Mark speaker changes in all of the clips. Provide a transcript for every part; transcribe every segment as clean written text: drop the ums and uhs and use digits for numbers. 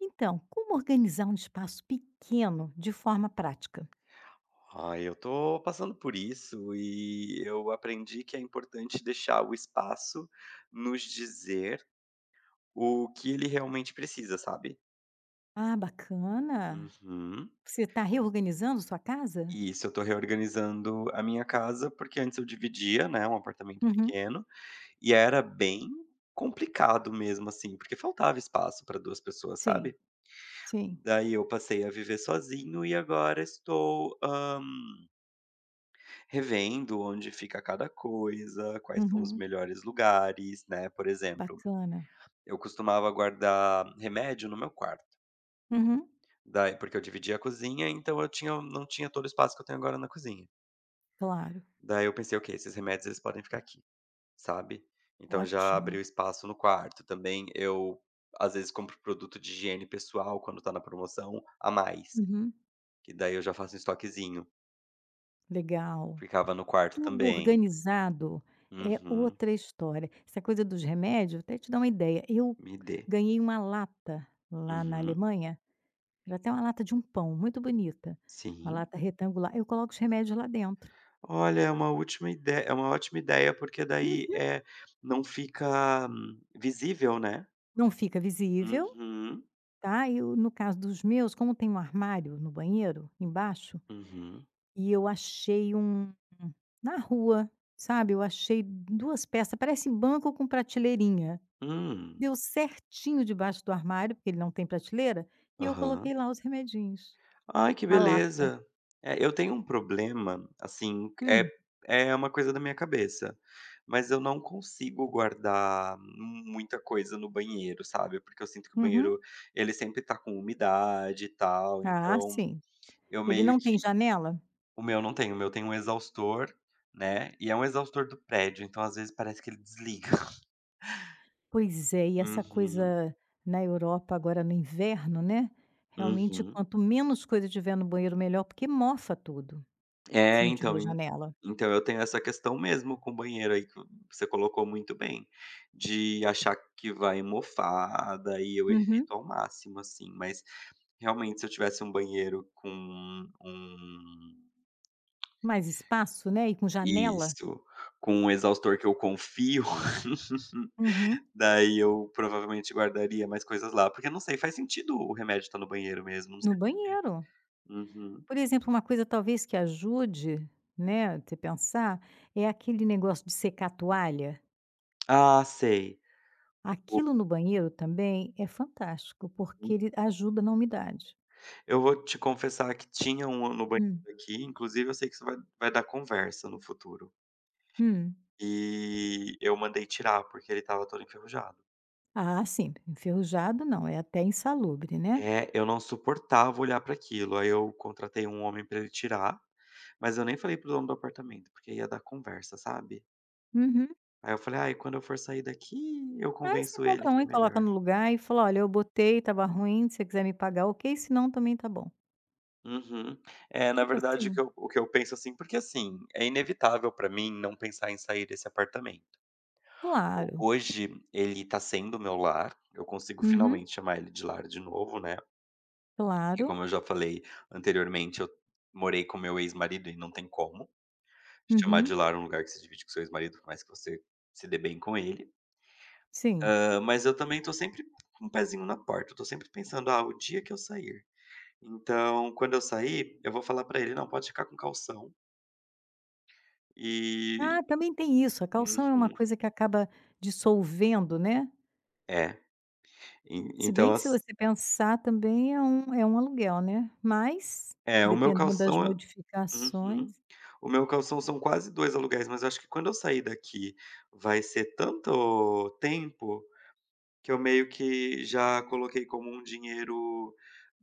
Speaker 1: Então, como organizar um espaço pequeno de forma prática?
Speaker 2: Ah, eu tô passando por isso e eu aprendi que é importante deixar o espaço nos dizer o que ele realmente precisa, sabe?
Speaker 1: Ah, bacana.
Speaker 2: Uhum.
Speaker 1: Você está reorganizando sua casa?
Speaker 2: E isso, eu tô reorganizando a minha casa, porque antes eu dividia, né, um apartamento
Speaker 1: Uhum.
Speaker 2: pequeno, e era bem complicado mesmo, assim, porque faltava espaço para duas pessoas,
Speaker 1: Sim,
Speaker 2: sabe?
Speaker 1: sim.
Speaker 2: Daí eu passei a viver sozinho e agora estou revendo onde fica cada coisa, quais são os
Speaker 1: Uhum.
Speaker 2: melhores lugares, né. Por exemplo,
Speaker 1: Bacana.
Speaker 2: eu costumava guardar remédio no meu quarto,
Speaker 1: Uhum.
Speaker 2: daí porque eu dividia a cozinha, então eu tinha não tinha todo o espaço que eu tenho agora na cozinha.
Speaker 1: Claro.
Speaker 2: Daí eu pensei: "Ok, esses remédios eles podem ficar aqui", sabe. Então já
Speaker 1: Ótimo.
Speaker 2: abriu espaço no quarto. Também eu, às vezes, compro produto de higiene pessoal quando tá na promoção a mais,
Speaker 1: Uhum.
Speaker 2: que daí eu já faço um estoquezinho.
Speaker 1: Legal.
Speaker 2: Ficava no quarto
Speaker 1: Tudo
Speaker 2: também.
Speaker 1: organizado é
Speaker 2: Uhum.
Speaker 1: outra história. Essa coisa dos remédios, até te dar uma ideia. Eu
Speaker 2: Me dê.
Speaker 1: ganhei uma lata lá na
Speaker 2: Uhum.
Speaker 1: Alemanha, era até uma lata de um pão, muito bonita. Uma
Speaker 2: Sim.
Speaker 1: lata retangular. Eu coloco os remédios lá dentro.
Speaker 2: Olha, é uma última ideia é uma ótima ideia, porque daí, não fica visível, né.
Speaker 1: Não fica visível,
Speaker 2: Uhum,
Speaker 1: tá, e o no caso dos meus, como tem um armário no banheiro, embaixo,
Speaker 2: uhum.
Speaker 1: e eu achei um na rua, sabe, eu achei 2 peças, parece banco com prateleirinha.
Speaker 2: Hum,
Speaker 1: Deu certinho debaixo do armário, porque ele não tem prateleira, e eu
Speaker 2: aham.
Speaker 1: coloquei lá os remedinhos.
Speaker 2: Ai, que
Speaker 1: A lata.
Speaker 2: beleza. É, eu tenho um problema, assim, é
Speaker 1: Hum.
Speaker 2: é uma coisa da minha cabeça, mas eu não consigo guardar muita coisa no banheiro, sabe, porque eu sinto que o
Speaker 1: Uhum.
Speaker 2: banheiro, ele sempre tá com umidade e tal,
Speaker 1: Ah,
Speaker 2: então
Speaker 1: sim.
Speaker 2: eu
Speaker 1: Ele
Speaker 2: meio
Speaker 1: não tem
Speaker 2: que.
Speaker 1: janela?
Speaker 2: O meu não tem, o meu tem um exaustor, né, e é um exaustor do prédio, então às vezes parece que ele desliga.
Speaker 1: Pois é, e essa
Speaker 2: Uhum,
Speaker 1: coisa na Europa agora no inverno, né, realmente
Speaker 2: uhum.
Speaker 1: quanto menos coisa tiver no banheiro melhor, porque mofa tudo, se
Speaker 2: É,
Speaker 1: não
Speaker 2: então
Speaker 1: tiver
Speaker 2: en
Speaker 1: janela.
Speaker 2: então eu tenho essa questão mesmo com o banheiro aí que você colocou muito bem, de achar que vai mofar, daí eu
Speaker 1: Uhum.
Speaker 2: evito ao máximo, assim, mas realmente se eu tivesse um banheiro com um
Speaker 1: Mais espaço, né, e com janela.
Speaker 2: Isso, com um exaustor que eu confio.
Speaker 1: Uhum.
Speaker 2: Daí eu provavelmente guardaria mais coisas lá, porque não sei, faz sentido o remédio estar no banheiro mesmo, não
Speaker 1: No
Speaker 2: sei.
Speaker 1: banheiro.
Speaker 2: Uhum.
Speaker 1: Por exemplo, uma coisa talvez que ajude, né, você pensar, é aquele negócio de secar a toalha.
Speaker 2: Ah, sei.
Speaker 1: Aquilo no banheiro também é fantástico,
Speaker 2: Uhum.
Speaker 1: porque ele ajuda na umidade.
Speaker 2: Eu vou te confessar que tinha um no banheiro
Speaker 1: Hum.
Speaker 2: aqui, inclusive eu sei que isso vai dar conversa no futuro.
Speaker 1: Hum.
Speaker 2: E eu mandei tirar, porque ele estava todo enferrujado.
Speaker 1: Ah, sim, enferrujado não, é até insalubre, né.
Speaker 2: É, eu não suportava olhar para aquilo, aí eu contratei um homem para ele tirar, mas eu nem falei pro dono do apartamento, porque ia dar conversa, sabe.
Speaker 1: Uhum.
Speaker 2: Aí eu falei: "Ai, quando eu for sair daqui, eu
Speaker 1: Aí você
Speaker 2: convenço ele
Speaker 1: compra um
Speaker 2: que é
Speaker 1: e coloca
Speaker 2: melhor".
Speaker 1: no lugar e fala: "Olha, eu botei, estava ruim, se você quiser me pagar, ok, se não também tá bom".
Speaker 2: Uhum. É, na
Speaker 1: Tipo
Speaker 2: verdade,
Speaker 1: assim,
Speaker 2: o que eu penso, assim porque, assim, é inevitável pra mim não pensar em sair desse apartamento. Ho
Speaker 1: claro.
Speaker 2: hoje ele tá sendo meu lar, eu consigo
Speaker 1: Uhum.
Speaker 2: finalmente chamar ele de lar de novo, né, porque
Speaker 1: Claro.
Speaker 2: como eu já falei anteriormente, eu morei com meu ex-marido e não tem como chamar
Speaker 1: Uhum.
Speaker 2: de lar um lugar que você divide com seu ex-marido, por mais que você se dê bem com ele.
Speaker 1: Sim.
Speaker 2: Mas eu também tô sempre com um pezinho na porta, eu tô sempre pensando: "Ah, o dia que eu sair". Então, quando eu sair, eu vou falar pra ele: "Não, pode ficar com calção", e
Speaker 1: Ah, também tem isso, a calção é uma
Speaker 2: Uhum.
Speaker 1: coisa que acaba dissolvendo, né.
Speaker 2: É, en
Speaker 1: Se bem
Speaker 2: então
Speaker 1: que se
Speaker 2: ass
Speaker 1: você pensar também é um aluguel, né, mas
Speaker 2: é, o meu
Speaker 1: dependendo das
Speaker 2: calção é
Speaker 1: modificações.
Speaker 2: uhum. O meu calção são quase 2 aluguéis, mas eu acho que quando eu sair daqui vai ser tanto tempo, que eu meio que já coloquei como um dinheiro,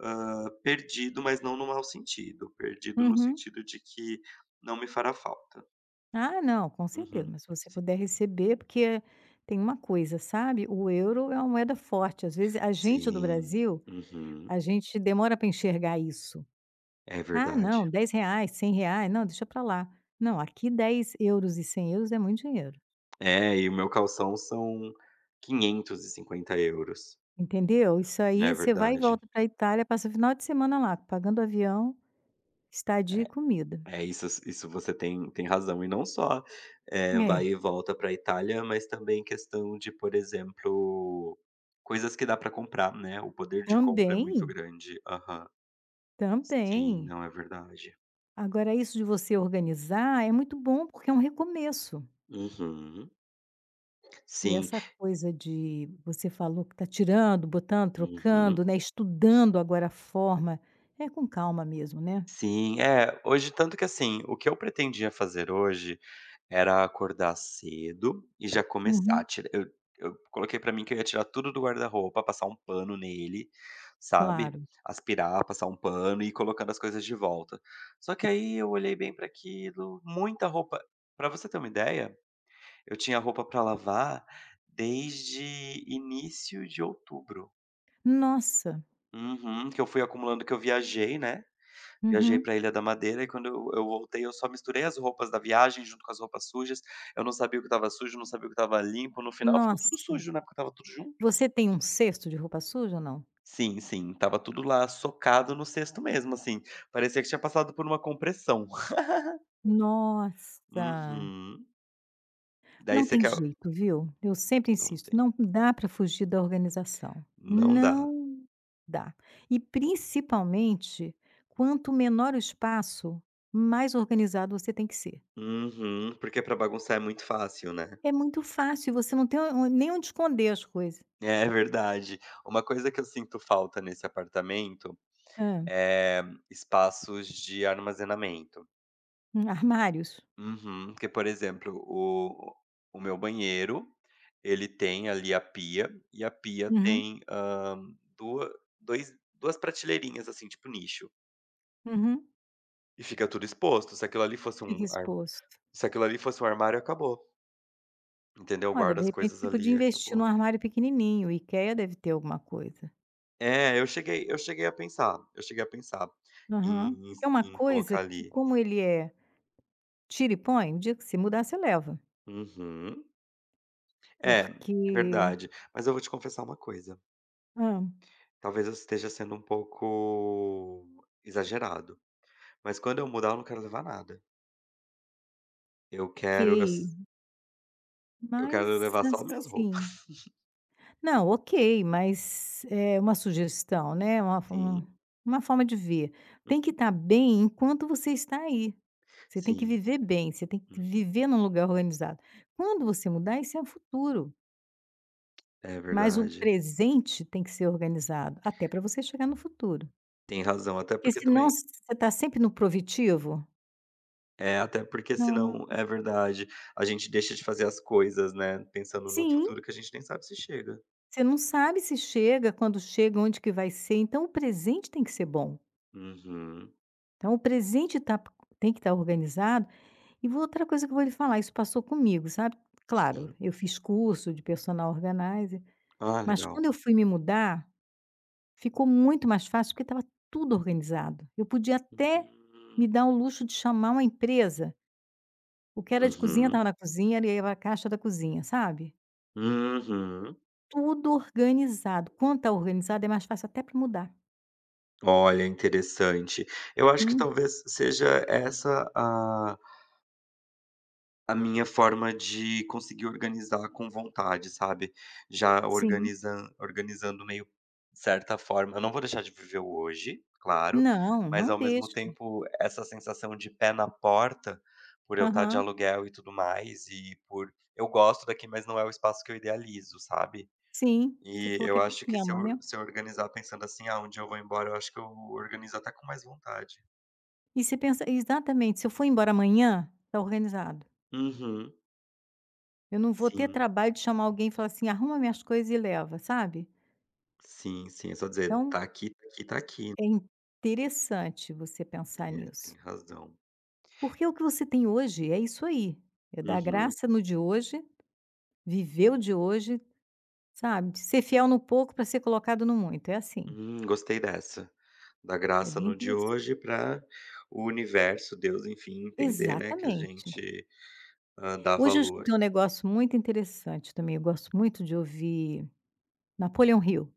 Speaker 2: perdido, mas não no mau sentido, perdido no
Speaker 1: Uhum.
Speaker 2: sentido de que não me fará falta.
Speaker 1: Ah, não, com certeza,
Speaker 2: Uhum.
Speaker 1: mas se você
Speaker 2: Sim.
Speaker 1: puder receber, porque tem uma coisa, sabe, o euro é uma moeda forte, às vezes a gente do
Speaker 2: Sim.
Speaker 1: Brasil,
Speaker 2: Uhum.
Speaker 1: a gente demora para enxergar isso.
Speaker 2: É
Speaker 1: "Ah, não,
Speaker 2: verdade.
Speaker 1: dez reais, cem reais, não, deixa para lá". Não, aqui €10 e €100 é muito dinheiro,
Speaker 2: É, e o meu calção são 550 euros.
Speaker 1: entendeu? Isso
Speaker 2: É
Speaker 1: aí você vai e
Speaker 2: verdade.
Speaker 1: volta para a Itália, passa o final de semana lá, pagando avião, estadia e
Speaker 2: É,
Speaker 1: comida.
Speaker 2: é, isso você tem razão. E não só,
Speaker 1: É,
Speaker 2: vai e volta para a Itália, mas também questão de, por exemplo, coisas que dá para comprar, né, o poder de compra é muito
Speaker 1: também,
Speaker 2: grande. Aham. Sim,
Speaker 1: também.
Speaker 2: não, é verdade.
Speaker 1: Agora isso de você organizar é muito bom, porque é um recomeço.
Speaker 2: Uhum.
Speaker 1: E
Speaker 2: Sim.
Speaker 1: essa coisa de você falou que está tirando, botando, trocando,
Speaker 2: Uhum.
Speaker 1: né, estudando agora a forma, é com calma mesmo, né?
Speaker 2: Sim, é, hoje tanto que assim, o que eu pretendia fazer hoje era acordar cedo e já começar a
Speaker 1: Uhum,
Speaker 2: tirar. Eu coloquei pra mim que eu ia tirar tudo do guarda-roupa, passar um pano nele, sabe,
Speaker 1: claro.
Speaker 2: aspirar, passar um pano e ir colocando as coisas de volta. Só que aí eu olhei bem pra aquilo, muita roupa pra você ter uma ideia, eu tinha roupa pra lavar desde início de outubro.
Speaker 1: Nossa,
Speaker 2: Uhum, que eu fui acumulando, que eu viajei, né. Viajei
Speaker 1: uhum,
Speaker 2: pra Ilha da Madeira e quando eu voltei, eu só misturei as roupas da viagem junto com as roupas sujas. Eu não sabia o que estava sujo, não sabia o que estava limpo. No final ficou tudo
Speaker 1: nossa.
Speaker 2: sujo, né, porque estava tudo junto.
Speaker 1: Você tem um cesto de roupa suja ou não?
Speaker 2: Sim, sim, estava tudo lá socado no cesto mesmo, assim. Parecia que tinha passado por uma compressão.
Speaker 1: Nossa,
Speaker 2: Uhum. Daí
Speaker 1: não
Speaker 2: você
Speaker 1: tem
Speaker 2: quer
Speaker 1: jeito, viu? Eu sempre
Speaker 2: não
Speaker 1: insisto,
Speaker 2: tem.
Speaker 1: não dá para fugir da organização.
Speaker 2: Não dá.
Speaker 1: Não dá. E principalmente, quanto menor o espaço, mais organizado você tem que ser.
Speaker 2: Uhum, porque pra bagunçar é muito fácil, né.
Speaker 1: É muito fácil, você não tem o nem onde esconder as coisas.
Speaker 2: É verdade. Uma coisa que eu sinto falta nesse apartamento,
Speaker 1: Hã,
Speaker 2: é espaços de armazenamento.
Speaker 1: Armários?
Speaker 2: Uhum. Porque, por exemplo, o meu banheiro, ele tem ali a pia, e a pia
Speaker 1: Uhum,
Speaker 2: tem, duas duas prateleirinhas, assim, tipo nicho,
Speaker 1: uhum.
Speaker 2: e fica tudo exposto. Se aquilo ali fosse
Speaker 1: Fica
Speaker 2: um ar
Speaker 1: exposto.
Speaker 2: se aquilo ali fosse um armário, acabou, entendeu?
Speaker 1: Olha,
Speaker 2: Guarda
Speaker 1: de
Speaker 2: as
Speaker 1: repente
Speaker 2: coisas
Speaker 1: você podia
Speaker 2: ali
Speaker 1: investir num
Speaker 2: acabou.
Speaker 1: armário pequenininho, o IKEA deve ter alguma coisa.
Speaker 2: É, eu cheguei a pensar
Speaker 1: Aham.
Speaker 2: em em
Speaker 1: É uma
Speaker 2: em
Speaker 1: coisa
Speaker 2: colocar
Speaker 1: que
Speaker 2: ali.
Speaker 1: como ele é tira e põe, o dia que se mudar você leva,
Speaker 2: Uhum. É,
Speaker 1: porque
Speaker 2: é verdade. Mas eu vou te confessar uma coisa.
Speaker 1: hã,
Speaker 2: Talvez eu esteja sendo um pouco exagerado, mas quando eu mudar eu não quero levar nada. Eu quero eu
Speaker 1: ok,
Speaker 2: s eu quero
Speaker 1: mas
Speaker 2: levar só minhas
Speaker 1: assim.
Speaker 2: roupas.
Speaker 1: Não, ok, mas é uma sugestão, né, uma um
Speaker 2: Sim,
Speaker 1: uma forma de ver. Tem que
Speaker 2: uhum,
Speaker 1: estar bem enquanto você está aí. Você tem que
Speaker 2: sim,
Speaker 1: viver bem, você tem que
Speaker 2: uhum.
Speaker 1: viver num lugar organizado. Quando você mudar, isso é o futuro,
Speaker 2: É
Speaker 1: mas o
Speaker 2: verdade.
Speaker 1: presente tem que ser organizado, até para você chegar no futuro.
Speaker 2: Tem razão, até
Speaker 1: Porque
Speaker 2: porque
Speaker 1: senão
Speaker 2: também
Speaker 1: você está sempre no provitivo.
Speaker 2: é, até porque
Speaker 1: Não.
Speaker 2: senão é verdade, a gente deixa de fazer as coisas, né, pensando num
Speaker 1: Sim,
Speaker 2: futuro que a gente nem sabe se chega.
Speaker 1: você não sabe se chega, quando chega, onde que vai ser, então o presente tem que ser bom.
Speaker 2: Uhum,
Speaker 1: Então o presente tem que estar organizado. E vou outra coisa que eu vou lhe falar, isso passou comigo, sabe. Claro,
Speaker 2: sim.
Speaker 1: eu fiz curso de personal organizer,
Speaker 2: Ah,
Speaker 1: mas
Speaker 2: legal.
Speaker 1: quando eu fui me mudar, ficou muito mais fácil, porque estava tudo organizado. Eu podia até
Speaker 2: Hum.
Speaker 1: me dar o luxo de chamar uma empresa, o que era de cozinha
Speaker 2: Uhum,
Speaker 1: estava na cozinha, era a caixa da cozinha, sabe.
Speaker 2: uhum.
Speaker 1: Tudo organizado, quanto está organizado é mais fácil até para mudar.
Speaker 2: Olha, interessante. Eu acho que
Speaker 1: Hum,
Speaker 2: talvez seja essa a minha forma de conseguir organizar com vontade, sabe. Já
Speaker 1: sim.
Speaker 2: organizando meio certa forma eu não vou deixar de viver o hoje, claro,
Speaker 1: Não,
Speaker 2: mas
Speaker 1: não
Speaker 2: ao mesmo
Speaker 1: deixe.
Speaker 2: tempo essa sensação de pé na porta, por eu estar de
Speaker 1: Aham.
Speaker 2: aluguel e tudo mais, e por eu gosto daqui, mas não é o espaço que eu idealizo, sabe.
Speaker 1: Sim, você
Speaker 2: E
Speaker 1: falou que
Speaker 2: eu
Speaker 1: é
Speaker 2: acho que se eu
Speaker 1: pequeno, né.
Speaker 2: se eu organizar pensando assim: "Ah, um dia eu vou embora", eu acho que eu organizo até com mais vontade.
Speaker 1: E você pensa exatamente, se eu for embora amanhã, tá organizado.
Speaker 2: Uhum.
Speaker 1: Eu não vou ter
Speaker 2: Sim,
Speaker 1: trabalho de chamar alguém e falar assim: "Arruma minhas coisas e leva", sabe.
Speaker 2: sim, sim. É só dizer:
Speaker 1: Então
Speaker 2: "Tá aqui, tá aqui, tá aqui".
Speaker 1: é interessante você pensar
Speaker 2: É,
Speaker 1: nisso.
Speaker 2: tem razão.
Speaker 1: Porque o que você tem hoje é isso aí, é dar
Speaker 2: Uhum.
Speaker 1: graça no de hoje, viver o de hoje, sabe, ser fiel no pouco para ser colocado no muito, é assim,
Speaker 2: Gostei dessa. Da
Speaker 1: é
Speaker 2: graça
Speaker 1: bem
Speaker 2: no
Speaker 1: por.
Speaker 2: de hoje para o universo, Deus, enfim, entender, né, que a
Speaker 1: Exatamente.
Speaker 2: gente, dá
Speaker 1: Hoje eu
Speaker 2: valor.
Speaker 1: escutei um negócio muito interessante também, eu gosto muito de ouvir Napoleão Hill.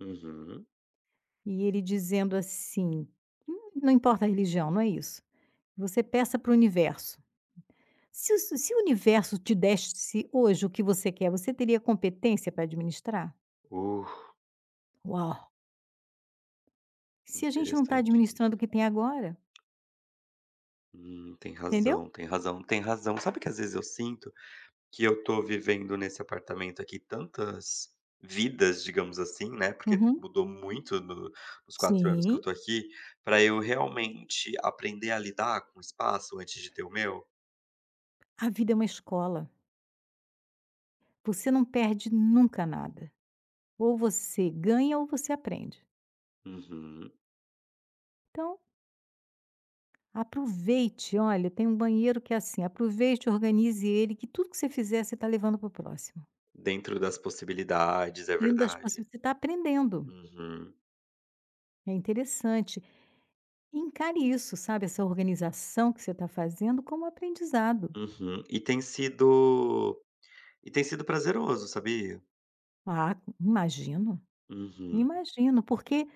Speaker 2: Uhum.
Speaker 1: E ele dizendo assim: não importa a religião, não é isso. Você peça para o universo. Se o universo te desse hoje o que você quer, você teria competência para administrar?
Speaker 2: Uh,
Speaker 1: Uau! Se a gente não está
Speaker 2: interessante isso.
Speaker 1: administrando o que tem agora,
Speaker 2: Tem
Speaker 1: entendeu?
Speaker 2: razão, tem razão, tem razão. Sabe que às vezes eu sinto que eu tô vivendo nesse apartamento aqui tantas vidas, digamos assim, né, porque
Speaker 1: Uhum.
Speaker 2: mudou muito no nos 4 anos que
Speaker 1: Sim,
Speaker 2: eu tô aqui, pra eu realmente aprender a lidar com o espaço antes de ter o meu.
Speaker 1: a vida é uma escola. Você não perde nunca nada. Ou você ganha ou você aprende.
Speaker 2: Uhum.
Speaker 1: Então, aproveite. Olha, tem um banheiro que é assim: aproveite, organize ele, que tudo que você fizer, você está levando para o próximo.
Speaker 2: Dentro das possibilidades, é
Speaker 1: Dentro das
Speaker 2: verdade.
Speaker 1: possibilidades, você está aprendendo,
Speaker 2: Uhum,
Speaker 1: é interessante. Encare isso, sabe, essa organização que você está fazendo como aprendizado.
Speaker 2: uhum. E tem sido prazeroso, sabia?
Speaker 1: Ah, imagino,
Speaker 2: Uhum.
Speaker 1: imagino, porque,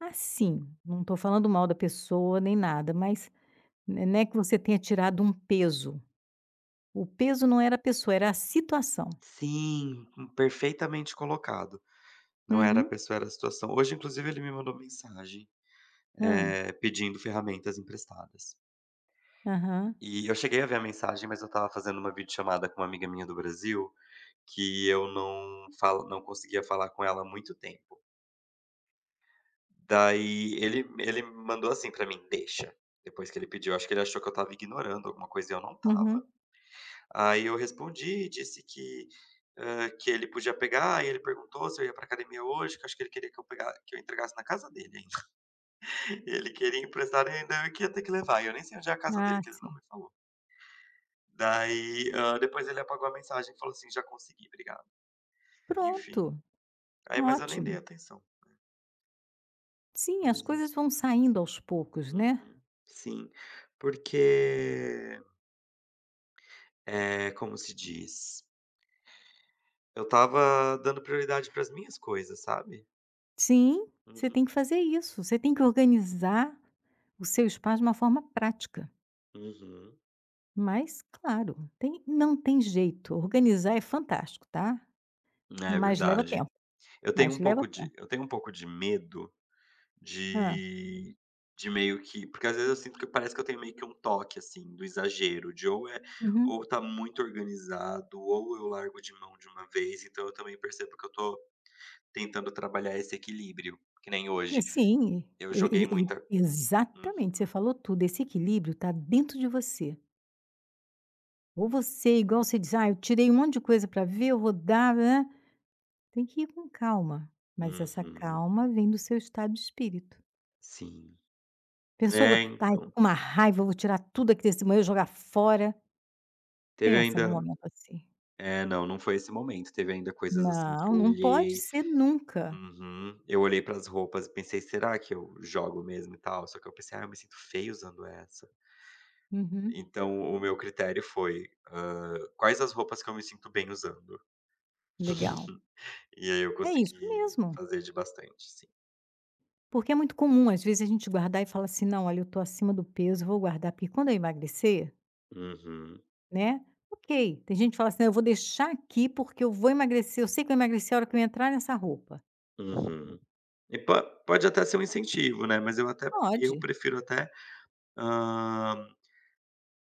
Speaker 1: assim, não estou falando mal da pessoa nem nada, mas n não é que você tenha tirado um peso, o peso não era a pessoa, era a situação.
Speaker 2: Sim, perfeitamente colocado. Não era a
Speaker 1: Uhum.
Speaker 2: pessoa, era a situação. Hoje, inclusive, ele me mandou mensagem.
Speaker 1: Hã.
Speaker 2: Pedindo ferramentas emprestadas.
Speaker 1: Aham.
Speaker 2: E eu cheguei a ver a mensagem, mas eu estava fazendo uma videochamada com uma amiga minha do Brasil, que eu não conseguia falar com ela há muito tempo. Daí ele mandou assim pra mim: "Deixa", depois que ele pediu. Acho que ele achou que eu estava ignorando alguma coisa e eu não
Speaker 1: Uhum.
Speaker 2: estava. Aí eu respondi, disse que, que ele podia pegar, e ele perguntou se eu ia pra academia hoje, que eu acho que ele queria que eu pega que eu entregasse na casa dele ainda. Ele queria emprestar e ainda eu que ia ter que levar, e eu nem sei onde é a casa dele,
Speaker 1: Ah,
Speaker 2: que ele não
Speaker 1: sim.
Speaker 2: me falou. Daí, depois ele apagou a mensagem e falou assim: "Já consegui, obrigado".
Speaker 1: Pronto,
Speaker 2: Enfim, aí mas eu nem dei
Speaker 1: ótimo.
Speaker 2: atenção.
Speaker 1: Sim, as
Speaker 2: Pois en
Speaker 1: coisas vão saindo aos poucos, né.
Speaker 2: Uhum. Sim, porque, é como se diz? Eu estava dando prioridade para as minhas coisas, sabe?
Speaker 1: Sim,
Speaker 2: Uhum,
Speaker 1: você tem que fazer isso. Você tem que organizar o seu espaço de uma forma prática.
Speaker 2: uhum.
Speaker 1: Mas, claro, tem não tem jeito. Organizar é fantástico, tá,
Speaker 2: É
Speaker 1: mas leva
Speaker 2: verdade.
Speaker 1: tempo, mas leva tempo.
Speaker 2: Eu tenho um pouco de medo.
Speaker 1: Hã.
Speaker 2: De de meio que Porque às vezes eu sinto que parece que eu tenho meio que um toque, assim, do exagero, de ou é
Speaker 1: Uhum.
Speaker 2: ou tá muito organizado, ou eu largo de mão de uma vez, então eu também percebo que eu tô tentando trabalhar esse equilíbrio, que nem
Speaker 1: É,
Speaker 2: hoje.
Speaker 1: sim,
Speaker 2: Eu joguei
Speaker 1: e e
Speaker 2: muita.
Speaker 1: e
Speaker 2: Uhum,
Speaker 1: exatamente, você falou tudo. Esse equilíbrio está dentro de você. Ou você, igual você diz: "Ah, eu tirei um monte de coisa para ver, eu vou dar", né? Tem que ir com calma, mas essa
Speaker 2: uhum,
Speaker 1: calma vem do seu estado de espírito.
Speaker 2: sim.
Speaker 1: Pensou: "Vou
Speaker 2: É,
Speaker 1: ai, tô
Speaker 2: então.
Speaker 1: com uma raiva, eu vou tirar tudo aqui desse banheiro, jogar fora".
Speaker 2: Teve
Speaker 1: Pensa num
Speaker 2: ainda
Speaker 1: momento assim.
Speaker 2: não, não foi esse momento, teve ainda coisas assim que
Speaker 1: Não,
Speaker 2: eu
Speaker 1: não pode
Speaker 2: olhei.
Speaker 1: ser nunca.
Speaker 2: Uhum. Eu olhei para as roupas e pensei: "Será que eu jogo mesmo e tal?" Só que eu pensei: "Ah, eu me sinto feio usando essa."
Speaker 1: Uhum,
Speaker 2: Então o meu critério foi, quais as roupas que eu me sinto bem usando.
Speaker 1: legal.
Speaker 2: E aí eu
Speaker 1: É isso
Speaker 2: consegui
Speaker 1: mesmo.
Speaker 2: fazer de bastante, sim.
Speaker 1: Porque é muito comum, às vezes, a gente guardar e falar assim: "Não, olha, eu tô acima do peso, vou guardar, porque quando eu emagrecer",
Speaker 2: Uhum,
Speaker 1: né, ok. Tem gente que fala assim: "Não, eu vou deixar aqui, porque eu vou emagrecer, eu sei que eu emagreci a hora que eu entrar nessa roupa".
Speaker 2: uhum. E po pode até ser um incentivo, né, mas eu até eu
Speaker 1: Pode.
Speaker 2: prefiro até, hã,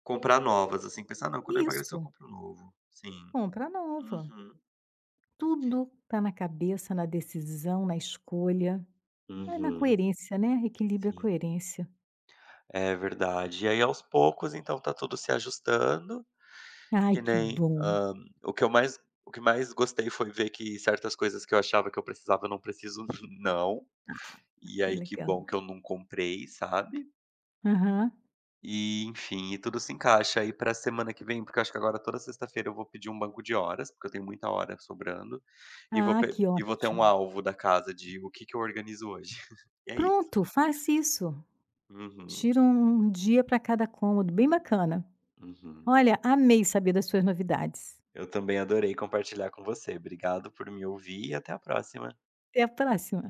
Speaker 2: comprar novas, assim, pensar: "Não, quando eu emagrecer eu
Speaker 1: Isso.
Speaker 2: compro novo". Sim.
Speaker 1: Compra nova.
Speaker 2: Uhum.
Speaker 1: Tudo tá na cabeça, na decisão, na escolha. É na
Speaker 2: Uhum.
Speaker 1: coerência, né, equilíbrio é
Speaker 2: Sim,
Speaker 1: coerência.
Speaker 2: é verdade. E aí aos poucos, então, tá tudo se ajustando.
Speaker 1: Ai,
Speaker 2: Que
Speaker 1: que
Speaker 2: nem,
Speaker 1: bom,
Speaker 2: o que eu mais o que mais gostei foi ver que certas coisas que eu achava que eu precisava, eu não preciso não, e
Speaker 1: que
Speaker 2: aí que
Speaker 1: legal.
Speaker 2: bom que eu não comprei, sabe.
Speaker 1: Aham.
Speaker 2: E enfim, e tudo se encaixa aí pra semana que vem, porque eu acho que agora toda sexta-feira eu vou pedir um banco de horas, porque eu tenho muita hora sobrando, e vou
Speaker 1: Ah,
Speaker 2: pe
Speaker 1: que
Speaker 2: e vou ter um
Speaker 1: ótimo.
Speaker 2: alvo da casa de o que que eu organizo hoje. E é isso.
Speaker 1: Pronto, faz isso.
Speaker 2: Uhum,
Speaker 1: Tira um dia para cada cômodo, bem bacana.
Speaker 2: uhum.
Speaker 1: Olha, amei saber das suas novidades.
Speaker 2: Eu também adorei compartilhar com você. Obrigado por me ouvir e até a próxima.
Speaker 1: Até a próxima.